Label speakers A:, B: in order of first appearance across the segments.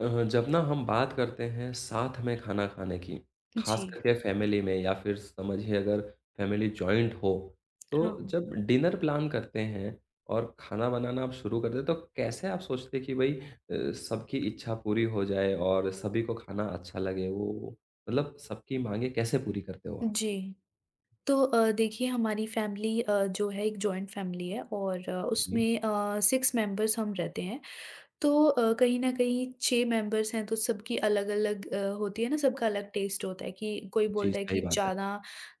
A: जब ना हम बात करते हैं साथ में खाना खाने की, खास
B: जी,
A: करके फैमिली में या फिर समझिए अगर फैमिली जॉइंट हो,
B: हाँ,
A: तो
B: हाँ।
A: जब डिनर प्लान करते हैं और खाना बनाना आप शुरू कर दें, तो कैसे आप सोचते हैं कि भई सबकी इच्छा पूरी हो जाए और सभी को खाना अच्छा लगे? वो मतलब सबकी माँगें कैसे पूरी करते हो आप?
B: जी, तो देखिए हमारी फैमिली जो है एक जॉइंट फैमिली है और
A: जी,
B: उसमें 6 मेंबर्स हम रहते हैं, तो कहीं न कहीं 6 मेंबर्स हैं तो सबकी अलग-अलग होती है ना, सबका अलग टेस्ट होता है कि कोई
A: जी,
B: बोलता है
A: सही
B: कि
A: बात है।
B: ज़्यादा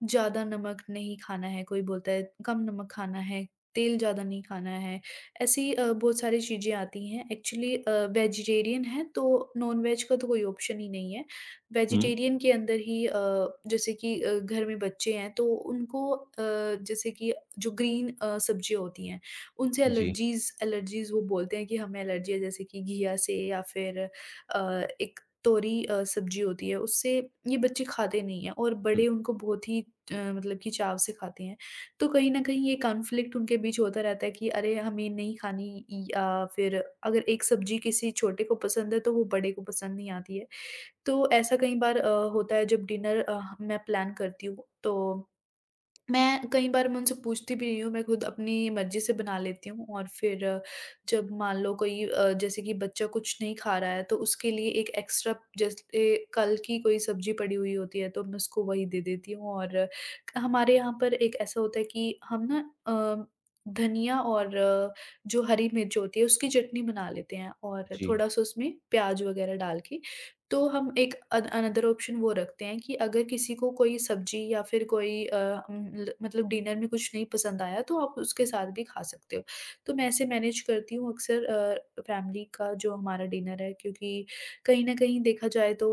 B: ज़्यादा नमक नहीं खाना है, कोई बोलता है कम नमक खाना है, तेल ज़्यादा नहीं खाना है। ऐसी बहुत सारी चीज़ें आती हैं। एक्चुअली वेजिटेरियन है तो नॉन-वेज का तो कोई ऑप्शन ही नहीं है।
A: हुँ,
B: वेजिटेरियन के अंदर ही जैसे कि घर में बच्चे हैं तो उनको जैसे कि जो ग्रीन सब्ज़ियाँ होती हैं उनसे
A: जी,
B: एलर्जीज़ एलर्जीज़ वो बोलते हैं कि हमें एलर्जी है, जैसे कि घिया से या फिर एक तोरी सब्ज़ी होती है उससे, ये बच्चे खाते नहीं हैं और
A: हुँ,
B: बड़े उनको बहुत ही मतलब कि चाव से खाते हैं। तो कहीं न कहीं ये कॉन्फ्लिक्ट उनके बीच होता रहता है कि अरे! हमें नहीं खानी, या फिर अगर एक सब्ज़ी किसी छोटे को पसंद है तो वो बड़े को पसंद नहीं आती है। तो ऐसा कई बार होता है। जब डिनर मैं प्लान करती हूँ तो मैं कई बार मैं उनसे पूछती भी नहीं हूँ, मैं खुद अपनी मर्ज़ी से बना लेती हूँ और फिर जब मान लो कोई जैसे कि बच्चा कुछ नहीं खा रहा है, तो उसके लिए एक एक्स्ट्रा, जैसे कल की कोई सब्ज़ी पड़ी हुई होती है, तो मैं उसको वही दे देती हूँ। और हमारे यहाँ पर एक ऐसा होता है कि हम ना अ, धनिया और जो हरी मिर्च होती है, उसकी चटनी बना लेते हैं और
A: जी,
B: थोड़ा-सा उसमें प्याज़ वग़ैरह डाल के। तो हम एक अन अनदर ऑप्शन वो रखते हैं कि अगर किसी को कोई सब्ज़ी या फिर कोई अ, उम, ल मतलब डिनर में कुछ नहीं पसंद आया तो आप उसके साथ भी खा सकते हो। तो मैं ऐसे मैनेज करती हूँ अक्सर फ़ैमिली का जो हमारा डिनर है, क्योंकि कहीं न कहीं देखा जाए तो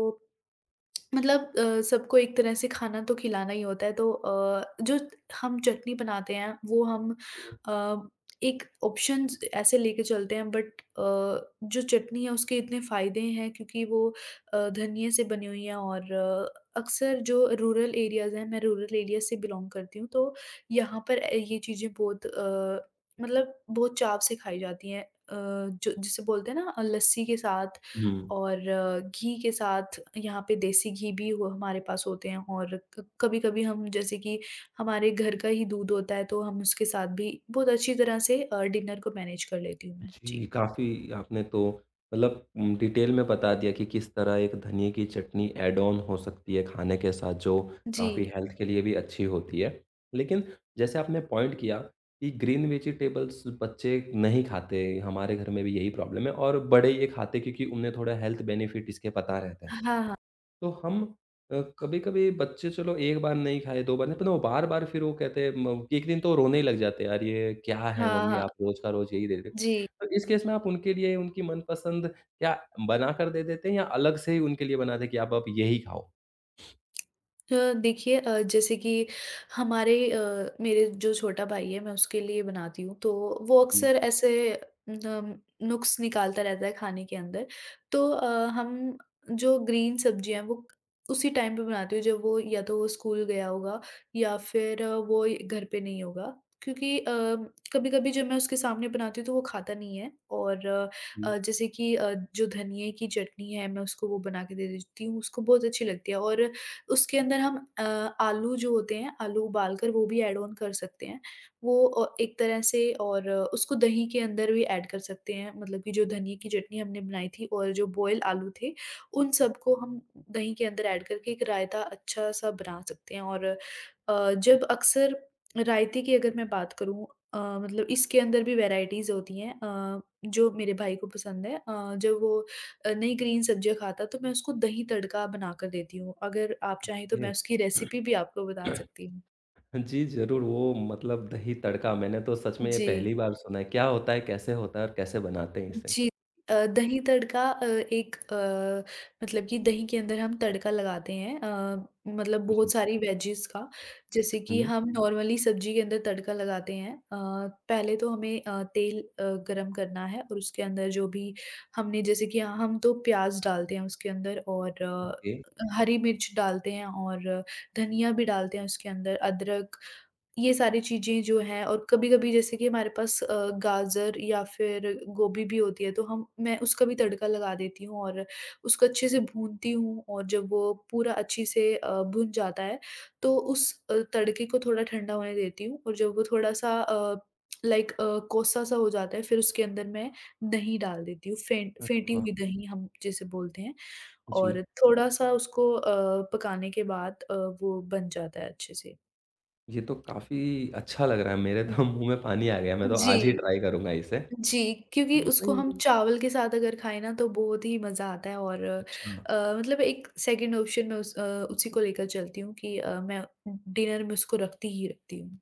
B: मतलब सबको एक तरह से खाना तो खिलाना ही होता है, तो जो हम चटनी बनाते हैं वो हम
A: जी,
B: अ, एक ऑप्शन ऐसे लेके चलते हैं। बट जो चटनी है उसके इतने फ़ायदे हैं, क्योंकि वो धनिये से बनी हुई है। और अक्सर जो रूरल एरियाज़ हैं, मैं रूरल एरिया से बिलॉन्ग करती हूँ, तो यहाँ पर ये चीज़ें बहुत मतलब बहुत चाव से खाई जाती हैं। जो जिसे बोलते हैं ना, लस्सी के साथ
A: हुँ।
B: और घी के साथ, यहाँ पे देसी घी भी हो हमारे पास होते हैं। और क कभी-कभी हम, जैसे कि हमारे घर का ही दूध होता है, तो हम उसके साथ भी बहुत अच्छी तरह से डिनर को मैनेज कर लेती हूँ मैं।
A: जी,
B: जी।
A: काफ़ी आपने तो मतलब डिटेल में बता दिया कि किस तरह एक धनिये की चटनी ऐड ऑन हो सकती है खाने के साथ जो
B: जी।
A: काफ़ी हेल्थ के लिए भी अच्छी होती है। लेकिन जैसे आपने पॉइंट किया कि ग्रीन वेजिटेबल्स बच्चे नहीं खाते, हमारे घर में भी यही प्रॉब्लम है और बड़े ये खाते क्योंकि उन्हें थोड़ा हेल्थ बेनिफिट इसके पता रहते हैं।
B: हाँ, हाँ।
A: तो हम कभी-कभी बच्चे चलो 1 बार नहीं खाए, 2 बार नहीं, पर वो बार-बार फिर वो कहते हैं म एक दिन तो रोने ही लग जाते हैं, "यार ये क्या है
B: हाँ,
A: मम्मी
B: हाँ।
A: आप रोज़ का रोज़ यही दे रहे हो।"
B: जी।
A: तो इस केस में आप उनके लिए उनकी मनपसंद क्या बनाकर दे देते हैं या अलग से ही उनके लिए बनाते हैं कि आप अब यही खाओ?
B: देखिए जैसे कि मेरे जो छोटा भाई है, मैं उसके लिए बनाती हूँ, तो वो
A: जी,
B: अक्सर ऐसे न, नुक्स निकालता रहता है खाने के अंदर। तो हम जो ग्रीन सब्जियां हैं वो उसी टाइम पे बनाती हूँ जब वो, या तो वो स्कूल गया होगा या फिर वो घर पे नहीं होगा, क्योंकि कभी कभी जब मैं उसके सामने बनाती हूँ तो वो खाता नहीं है। और
A: जी।
B: जैसे कि जो धनिए की चटनी है, मैं उसको वो बना के दे देती हूँ, उसको बहुत अच्छी लगती है। और उसके अंदर हम आलू जो होते हैं, आलू उबाल कर वो भी ऐड ऑन कर सकते हैं। वो एक तरह से, और उसको दही के अंदर भी ऐड कर सकते हैं, मतलब कि जो धनिये की चटनी हमने बनाई थी और जो बॉयल आलू थे, उन सबको हम दही के अंदर ऐड करके एक रायता अच्छा-सा बना सकते हैं। और जब अक्सर रायते की अगर मैं बात करूँ, मतलब इसके अंदर भी वैराइटीज़ होती हैं, जो मेरे भाई को पसंद है। जब वो नहीं ग्रीन सब्जियाँ खाता तो मैं उसको दही तड़का बनाकर देती हूँ। अगर आप चाहें तो मैं
A: ठीक
B: उसकी
A: है।
B: रेसिपी भी आपको बता सकती हूँ।
A: जी, ज़रूर वो मतलब दही तड़का मैंने तो सच में ये
B: जी।
A: पहली बार सुना है। क्या होता है, कैसे होता है और कैसे बनाते हैं इसे?
B: जी। दही तड़का एक मतलब कि दही के अंदर हम तड़का लगाते हैं, मतलब
A: जी।
B: बहुत सारी वेजीज़ का, जैसे कि
A: हुँ,
B: हम नॉर्मली सब्ज़ी के अंदर तड़का लगाते हैं। पहले तो हमें तेल गरम करना है, और उसके अंदर जो भी हमने, जैसे कि हम तो प्याज़ डालते हैं उसके अंदर, और
A: ओके।
B: हरी मिर्च डालते हैं, और धनिया भी डालते हैं उसके अंदर, अदरक, ये सारी चीज़ें जो हैं। और कभी-कभी, जैसे कि हमारे पास गाजर या फिर गोभी भी होती है, तो हम मैं उसका भी तड़का लगा देती हूँ, और उसको अच्छे से भूनती हूँ, और जब वो पूरा अच्छी से भुन जाता है, तो उस तड़के को थोड़ा ठंडा होने देती हूँ। और जब वो थोड़ा-सा लाइक कोसा-सा हो जाता है, फिर उसके अंदर मैं दही डाल देती हूँ,
A: अरे
B: फेंटी
A: वाह!
B: हुई दही हम जिसे बोलते हैं।
A: जी।
B: और थोड़ा-सा उसको पकाने के बाद वो बन जाता है अच्छे से।
A: ये तो काफ़ी अच्छा लग रहा है। मेरे तो मुँह में पानी आ गया। मैं तो
B: जी।
A: आज ही ट्राई करूँगा इसे।
B: जी, क्योंकि उसको हम
A: नहीं
B: चावल के साथ अगर खाएँ ना तो बहुत ही मज़ा आता है। और
A: अच्छा।
B: मतलब एक सेकंड ऑप्शन, मैं उस उसी को लेकर चलती हूँ कि मैं डिनर में उसको रखती ही रखती हूँ।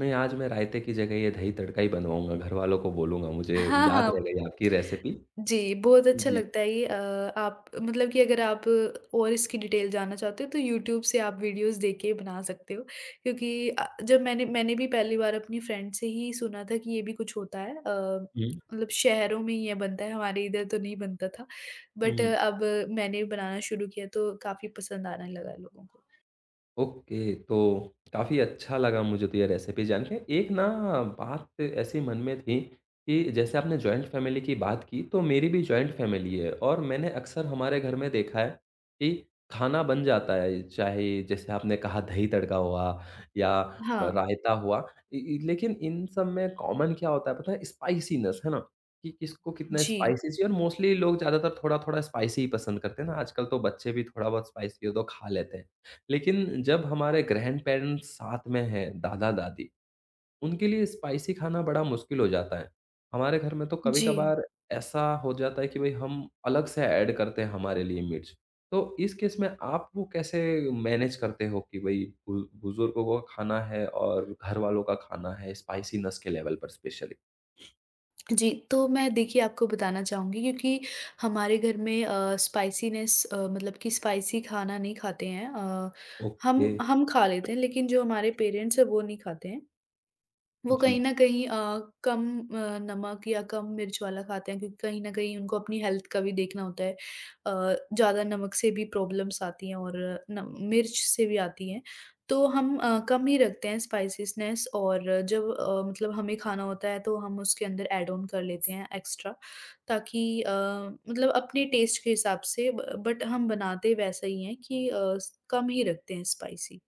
A: नहीं, आज मैं रायते की जगह ये दही तड़का ही बनवाऊँगा। घर वालों को बोलूँगा, मुझे
B: हाँ,
A: याद रह
B: हाँ,
A: गई आपकी रेसिपी।
B: जी, बहुत अच्छा
A: जी।
B: लगता है ये। आप मतलब कि अगर आप और इसकी डिटेल जानना चाहते हो, तो यूट्यूब से आप वीडियोज़ देख के बना सकते हो। क्योंकि जब मैंने मैंने भी पहली बार अपनी फ्रेंड से ही सुना था कि ये भी कुछ होता है।
A: हुँ,
B: मतलब शहरों में ही ये बनता है, हमारे इधर तो नहीं बनता था। बट
A: हुँ।
B: अब मैंने बनाना शुरू किया तो काफ़ी पसंद आने लगा लोगों को।
A: ओके, तो काफ़ी अच्छा लगा मुझे तो ये रेसिपी जान के। एक ना बात ऐसी मन में थी कि जैसे आपने जॉइंट फैमिली की बात की, तो मेरी भी जॉइंट फैमिली है और मैंने अक्सर हमारे घर में देखा है कि खाना बन जाता है, चाहे जैसे आपने कहा दही तड़का हुआ या
B: हाँ,
A: रायता हुआ। इ इ लेकिन इन सब में कॉमन क्या होता है पता है? स्पाइसीनेस, है ना? कि किसको कितना
B: जी,
A: स्पाइसी चाहिए और मोस्टली लोग ज़्यादातर थोड़ा-थोड़ा स्पाइसी ही पसंद करते हैं ना, आजकल तो बच्चे भी थोड़ा बहुत स्पाइसी हो तो खा लेते हैं। लेकिन जब हमारे ग्रैंडपैरेंट्स साथ में हैं, दादा-दादी, उनके लिए स्पाइसी खाना बड़ा मुश्किल हो जाता है। हमारे घर में तो
B: जी।
A: कभी-कभार ऐसा हो जाता है कि भई हम अलग से ऐड करते हैं हमारे लिए मिर्च। तो इस केस में आप वो कैसे मैनेज करते हो कि भई बु बुजुर्गों का खाना है और घरवालों का खाना है, स्पाइसीनेस के लेवल पर स्पेशली?
B: जी, तो मैं देखिए आपको बताना चाहूँगी क्योंकि हमारे घर में स्पाइसीनेस मतलब कि स्पाइसी खाना नहीं खाते हैं।
A: ओके,
B: हम खा लेते हैं, लेकिन जो हमारे पेरेंट्स हैं वो नहीं खाते हैं। वो
A: जी।
B: कहीं न कहीं कम नमक या कम मिर्च वाला खाते हैं, क्योंकि कहीं न कहीं उनको अपनी हेल्थ का भी देखना होता है। ज़्यादा नमक से भी प्रॉब्लम्स आती हैं और न मिर्च से भी आती हैं। तो हम कम ही रखते हैं स्पाइसीनेस। और जब मतलब हमें खाना होता है तो हम उसके अंदर ऐड ऑन कर लेते हैं एक्स्ट्रा, ताकि मतलब अपने टेस्ट के हिसाब से। ब बट हम बनाते वैसा ही हैं कि अ, स कम ही रखते हैं स्पाइसी।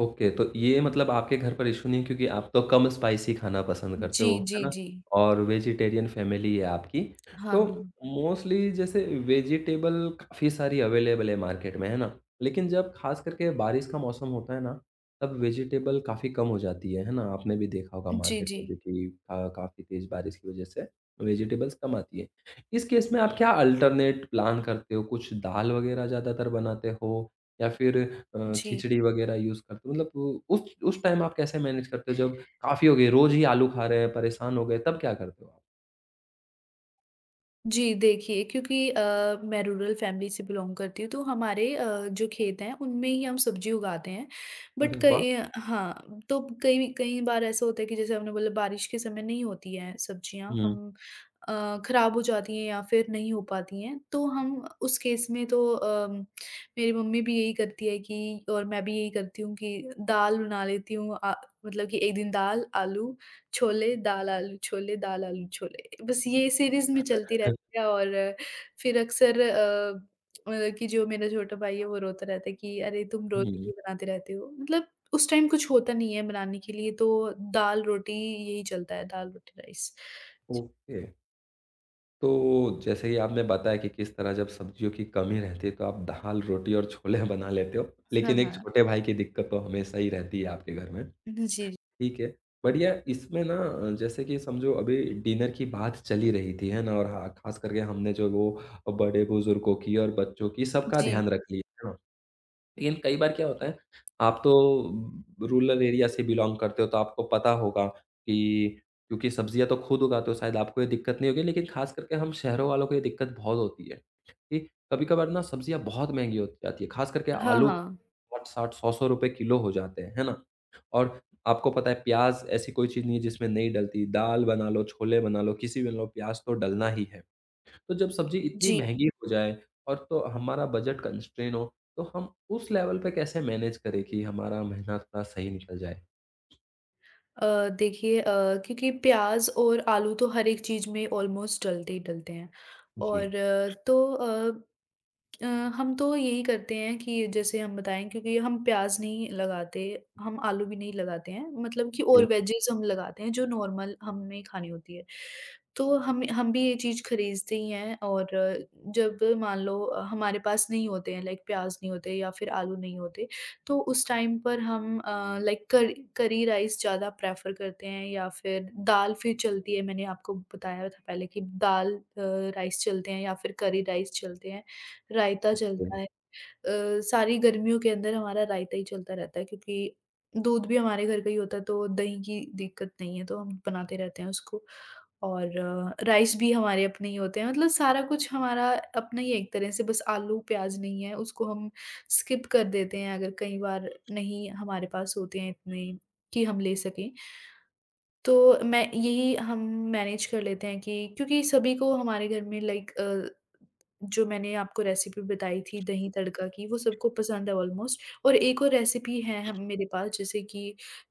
A: ओके, तो ये मतलब आपके घर पर इश्यू नहीं है क्योंकि आप तो कम स्पाइसी खाना पसंद करते
B: जी,
A: हो,
B: जी,
A: है ना?
B: जी।
A: और वेजिटेरियन फैमिली है आपकी।
B: हाँ,
A: तो
B: हाँ।
A: मोस्टली जैसे वेजिटेबल काफ़ी सारी अवेलेबल है मार्केट में, है ना? लेकिन जब ख़ास करके बारिश का मौसम होता है ना, तब वेजिटेबल काफ़ी कम हो जाती है ना? आपने भी देखा होगा
B: जी,
A: मार्केट
B: जी।
A: में क्योंकि काफ़ी तेज़ बारिश की वजह से वेजिटेबल्स कम आती है। इस केस में आप क्या अल्टरनेट प्लान करते हो? कुछ दाल वगैरह ज़्यादातर बनाते हो या फिर
B: जी।
A: खिचड़ी वगैरह यूज़ करते हो? मतलब उ उस टाइम आप कैसे मैनेज करते हो जब काफ़ी हो गई, रोज़ ही आलू खा रहे हैं, परेशान हो गए, तब क्या करते हो आप?
B: जी, देखिए क्योंकि मैं रूरल फैमिली से बिलॉन्ग करती हूँ, तो हमारे जो खेत हैं, उनमें ही हम सब्ज़ी उगाते हैं।
A: अरे
B: बट
A: वाह!
B: कई अ, हाँ, तो कई कई बार ऐसा होता है कि जैसे हमने बोला, बारिश के समय नहीं होती हैं सब्ज़ियाँ,
A: हुँ।
B: हम अ, खराब हो जाती हैं या फिर नहीं हो पाती हैं। तो हम उस केस में तो मेरी मम्मी भी यही करती है कि, और मैं भी यही करती हूँ कि दाल बना लेती हूँ। मतलब कि एक दिन दाल, आलू, छोले, दाल, आलू, छोले, दाल, आलू, छोले, बस ये सीरीज़ में चलती रहती गया। और फिर अक्सर मतलब कि जो मेरा छोटा भाई है वो रोता रहता है कि अरे तुम रोज़
A: हुँ,
B: यही बनाते रहते हो। मतलब उस टाइम कुछ होता नहीं है बनाने के लिए, तो दाल रोटी यही चलता है, दाल रोटी राइस।
A: ओके। तो जैसे ही आपने बताया कि किस तरह जब सब्जियों की कमी रहती है तो आप दाल, रोटी और छोले बना लेते हो,
B: हाँ,
A: लेकिन एक
B: हाँ।
A: छोटे भाई की दिक्कत तो हमेशा ही रहती है आपके घर में,
B: जी,
A: ठीक है। बढ़िया इसमें ना जैसे कि समझो अभी डिनर की बात चली रही थी, है ना? और हाँ, ख़ास करके हमने जो वो बड़े बुजुर्गों की और बच्चों की सबका
B: जी।
A: ध्यान रख लिया। लेकिन कई बार क्या होता है, आप तो रूरल एरिया से बिलॉन्ग करते हो, तो आपको पता होगा कि क्योंकि सब्जियाँ तो खुद उगाते हो, शायद आपको ये दिक्कत नहीं होगी, लेकिन ख़ास करके हम शहरों वालों को ये दिक्कत बहुत होती है कि कभी-कभार ना सब्जियाँ बहुत महँगी हो जाती है, ख़ास करके
B: हाँ,
A: आलू
B: हाँ।
A: 60-60, 100-100 रुपए किलो हो जाते हैं, है ना? और आपको पता है प्याज़ ऐसी कोई चीज़ नहीं है जिसमें नहीं डलती, दाल बना लो, छोले बना लो, किसी भी बना लो, प्याज़ तो डलना ही है। तो जब सब्ज़ी इतनी
B: जी।
A: महँगी हो जाए और तो हमारा बजट कंस्ट्रेन हो, तो हम उस लेवल पे कैसे मैनेज करें कि हमारा महीना थोड़ा सही निकल जाए?
B: अ, देखिए क्योंकि प्याज़ और आलू तो हर एक चीज़ में ऑलमोस्ट डलते ही डलते हैं।
A: जी।
B: और तो अ तो अ, हम तो यही करते हैं कि, जैसे हम बताएँ, क्योंकि हम प्याज़ नहीं लगाते, हम आलू भी नहीं लगाते हैं, मतलब कि और वेजेज़ हम लगाते हैं जो नॉर्मल हमें खानी होती है। तो हम भी ये चीज़ खरीदते ही हैं। और जब मान लो हमारे पास नहीं होते हैं, लाइक प्याज़ नहीं होते या फिर आलू नहीं होते, तो उस टाइम पर हम लाइक करी करी राइस ज़्यादा प्रेफ़र करते हैं, या फिर दाल फिर चलती है, मैंने आपको बताया था पहले कि दाल राइस चलते हैं, या फिर करी राइस चलते हैं। Raita
A: okay, okay.
B: चलता है। सारी गर्मियों के अंदर हमारा रायता ही चलता रहता है, क्योंकि दूध भी हमारे घर का ही होता है तो दही की दिक्कत नहीं है, तो हम बनाते रहते हैं उसको। और राइस भी हमारे अपने ही होते हैं, मतलब सारा कुछ हमारा अपना ही है एक तरह से। बस आलू, प्याज़ नहीं है, उसको हम स्किप कर देते हैं अगर कई बार नहीं हमारे पास होते हैं इतने कि हम ले सकें। तो मैं यही हम मैनेज कर लेते हैं कि, क्योंकि सभी को हमारे घर में जो मैंने आपको रेसिपी बताई थी दही तड़का की, वो सबको पसंद है ऑलमोस्ट। और एक और रेसिपी है हम मेरे पास, जैसे कि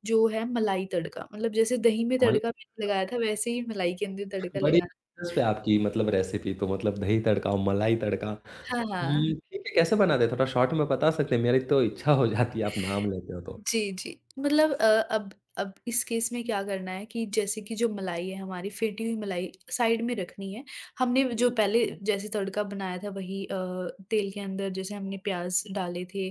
B: जो है मलाई तड़का, मतलब जैसे दही में
A: मतलब
B: तड़का मैंने लगाया था वैसे ही मलाई के अंदर तड़का
A: बड़ी
B: लगाना।
A: पे आपकी मतलब रेसिपी तो मतलब दही तड़का, मलाई तड़का
B: हाँ,
A: हुँ,
B: हाँ।
A: ठीक है, कैसे बनाते हैं? थोड़ा शॉर्ट में बता सकते हैं? मेरी तो इच्छा हो जाती है आप नाम लेते हो तो।
B: जी, जी। मतलब अब इस केस में क्या करना है कि, जैसे कि जो मलाई है, हमारी फेंटी हुई मलाई साइड में रखनी है। हमने जो
A: हुँ,
B: पहले जैसे तड़का बनाया था वही तेल के अंदर जैसे हमने प्याज़ डाले थे,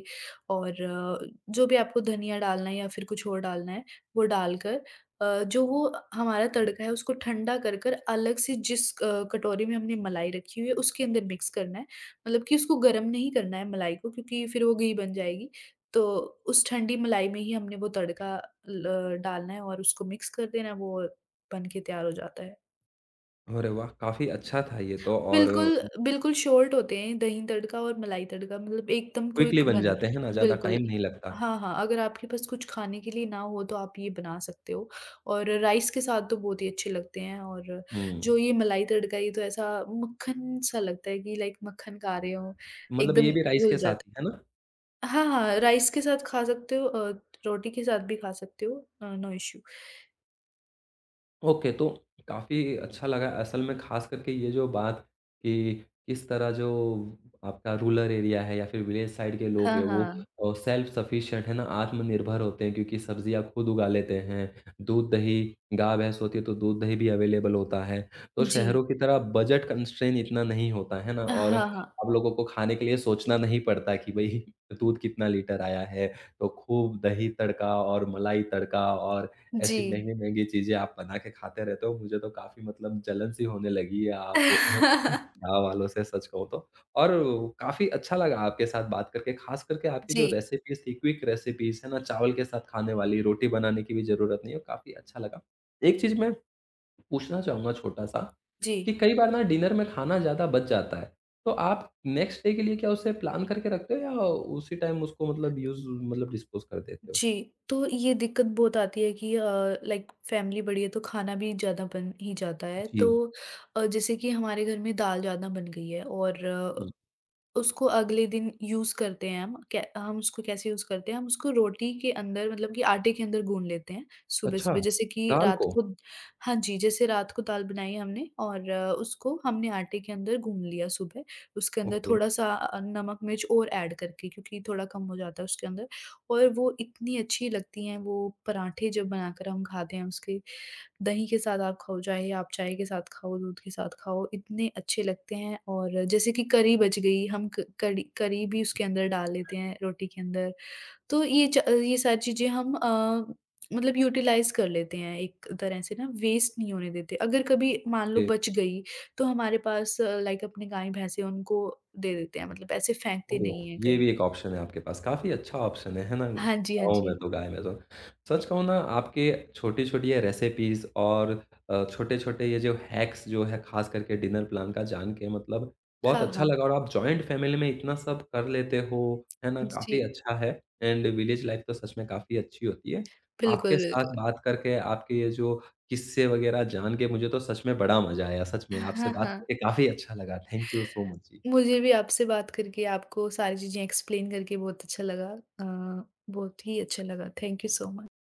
B: और जो भी आपको धनिया डालना है या फिर कुछ और डालना है, वो डालकर जो वो हमारा तड़का है उसको ठंडा कर अलग से जिस कटोरी में हमने मलाई रखी हुई है उसके अंदर मिक्स करना है। मतलब कि उसको गरम नहीं करना है मलाई को, क्योंकि फिर वो घी बन जाएगी। तो उस ठंडी मलाई में ही हमने वो तड़का ल डालना है और उसको मिक्स कर देना है, वो बन के तैयार हो जाता है।
A: अरे वाह! काफ़ी अच्छा था ये तो और
B: बिल्कुल, बिल्कुल शॉर्ट होते हैं दही तड़का और मलाई तड़का, मतलब एकदम
A: क्विकली
B: क्विक
A: बन
B: बन।
A: जाते हैं ना, ज़्यादा
B: बिल्कुल।
A: टाइम नहीं लगता।
B: हाँ, हाँ, अगर आपके पास कुछ खाने के लिए ना हो तो आप ये बना सकते हो। और राइस के साथ तो बहुत ही अच्छे लगते हैं। और
A: हुँ,
B: जो ये मलाई तड़का ये तो ऐसा मक्खन सा लगता है कि लाइक मक्खन खा रहे हो,
A: मतलब
B: एकदम
A: ये भी राइस
B: घुल
A: के साथ
B: जाता
A: ही,
B: है।
A: है ना?
B: हाँ, हाँ, राइस के साथ खा सकते हो, रोटी के साथ भी खा सकते हो, नो इश्यू।
A: ओके, तो काफ़ी अच्छा लगा असल में ख़ास करके ये जो बात कि किस तरह जो आपका रूरल एरिया है या फिर विलेज साइड के लोग
B: हाँ,
A: हैं वो
B: हाँ।
A: सेल्फ सफिशिएंट है ना, आत्मनिर्भर होते हैं क्योंकि सब्जियाँ खुद उगा लेते हैं। दूध-दही गाय-भैंस होती है तो दूध-दही भी अवेलेबल होता है। तो
B: जी।
A: शहरों की तरह बजट कंस्ट्रेंट इतना नहीं होता है ना और
B: हाँ, हाँ।
A: आप लोगों को खाने के लिए सोचना नहीं पड़ता कि भई दूध कितना लीटर आया है, तो खूब दही तड़का और मलाई तड़का और
B: जी।
A: ऐसी महँगी-महँगी चीज़ें आप बना के खाते रहते हो, मुझे तो काफ़ी मतलब जलन सी होने लगी है आप गाँव वालों से सच कहूँ तो। और काफ़ी अच्छा लगा आपके साथ बात करके, ख़ास करके आपकी जो
B: जी,
A: रेसिपीज़ थी, क्विक रेसिपीज़ है ना, चावल के साथ खाने वाली, रोटी बनाने की भी ज़रूरत नहीं है, काफ़ी अच्छा लगा। एक चीज़ मैं पूछना चाहूँगा छोटा-सा
B: जी,
A: कि कई बार ना डिनर में खाना ज़्यादा बच जाता है, तो आप नेक्स्ट डे के लिए क्या उसे प्लान करके रखते हो या उसी टाइम उसको मतलब यूज़ मतलब डिस्पोज़ कर देते हो?
B: जी। तो ये दिक्कत बहुत आती है कि लाइक फैमिली बड़ी है तो खाना भी ज़्यादा बन ही जाता है। तो
A: जी,
B: जैसे कि हमारे घर में दाल ज़्यादा बन गई है, और
A: हुँ।
B: उसको अगले दिन यूज़ करते हैं हम। कै हम उसको कैसे यूज़ करते हैं? हम उसको रोटी के अंदर मतलब कि आटे के अंदर गूँध लेते हैं
A: अच्छा,
B: सुबह-सुबह। जैसे कि
A: दाल
B: रात
A: को?
B: को, हाँ जी, जैसे रात को दाल बनाई है हमने, और उसको हमने आटे के अंदर गूँध लिया सुबह। उसके अंदर
A: ओके,
B: थोड़ा-सा नमक, मिर्च और ऐड करके, क्योंकि थोड़ा कम हो जाता है उसके अंदर। और वो इतनी अच्छी लगती हैं वो पराठे जब बनाकर हम खाते हैं उसके। दही के साथ आप खाओ, चाहे आप चाय के साथ खाओ, दूध के साथ खाओ, इतने अच्छे लगते हैं। और जैसे कि करी बच गई, हम क कड़ी करी भी उसके अंदर डाल लेते हैं रोटी के अंदर। तो ये सारी चीज़ें हम मतलब यूटिलाइज़ कर लेते हैं एक तरह से ना, वेस्ट नहीं होने देते। अगर कभी मान लो
A: ओके।
B: बच गई, तो हमारे पास लाइक अपने गाय-भैंसे उनको दे देते हैं, मतलब ऐसे फेंकते
A: ओह!
B: नहीं हैं
A: ये
B: कहीं
A: भी एक
B: पे।
A: ऑप्शन है आपके पास, काफ़ी अच्छा ऑप्शन है ना?
B: हाँ जी, हाँ
A: गाँव में
B: जी।
A: तो गाय में तो। सच कहूँ ना आपके छोटी-छोटी ये रेसिपीज़ और छोटे-छोटे ये जो हैक्स जो है ख़ास करके डिनर प्लान का जान के मतलब बहुत
B: हाँ,
A: अच्छा
B: हाँ।
A: लगा और आप जॉइंट फैमिली में इतना सब कर लेते हो, है ना? काफ़ी
B: जी,
A: अच्छा है एंड विलेज लाइफ़ तो सच में काफ़ी अच्छी होती है।
B: बिल्कुल,
A: आपके साथ
B: बिल्कुल।
A: बात करके आपके ये जो किस्से वग़ैरह जान के मुझे तो सच में बड़ा मज़ा आया, सच में आपसे
B: हाँ,
A: बात
B: हाँ।
A: करके काफ़ी अच्छा लगा। थैंक यू सो मच जी।
B: मुझे भी आपसे बात करके, आपको सारी चीज़ें एक्सप्लेन करके बहुत अच्छा लगा। बहुत ही अच्छा लगा। Thank you so much.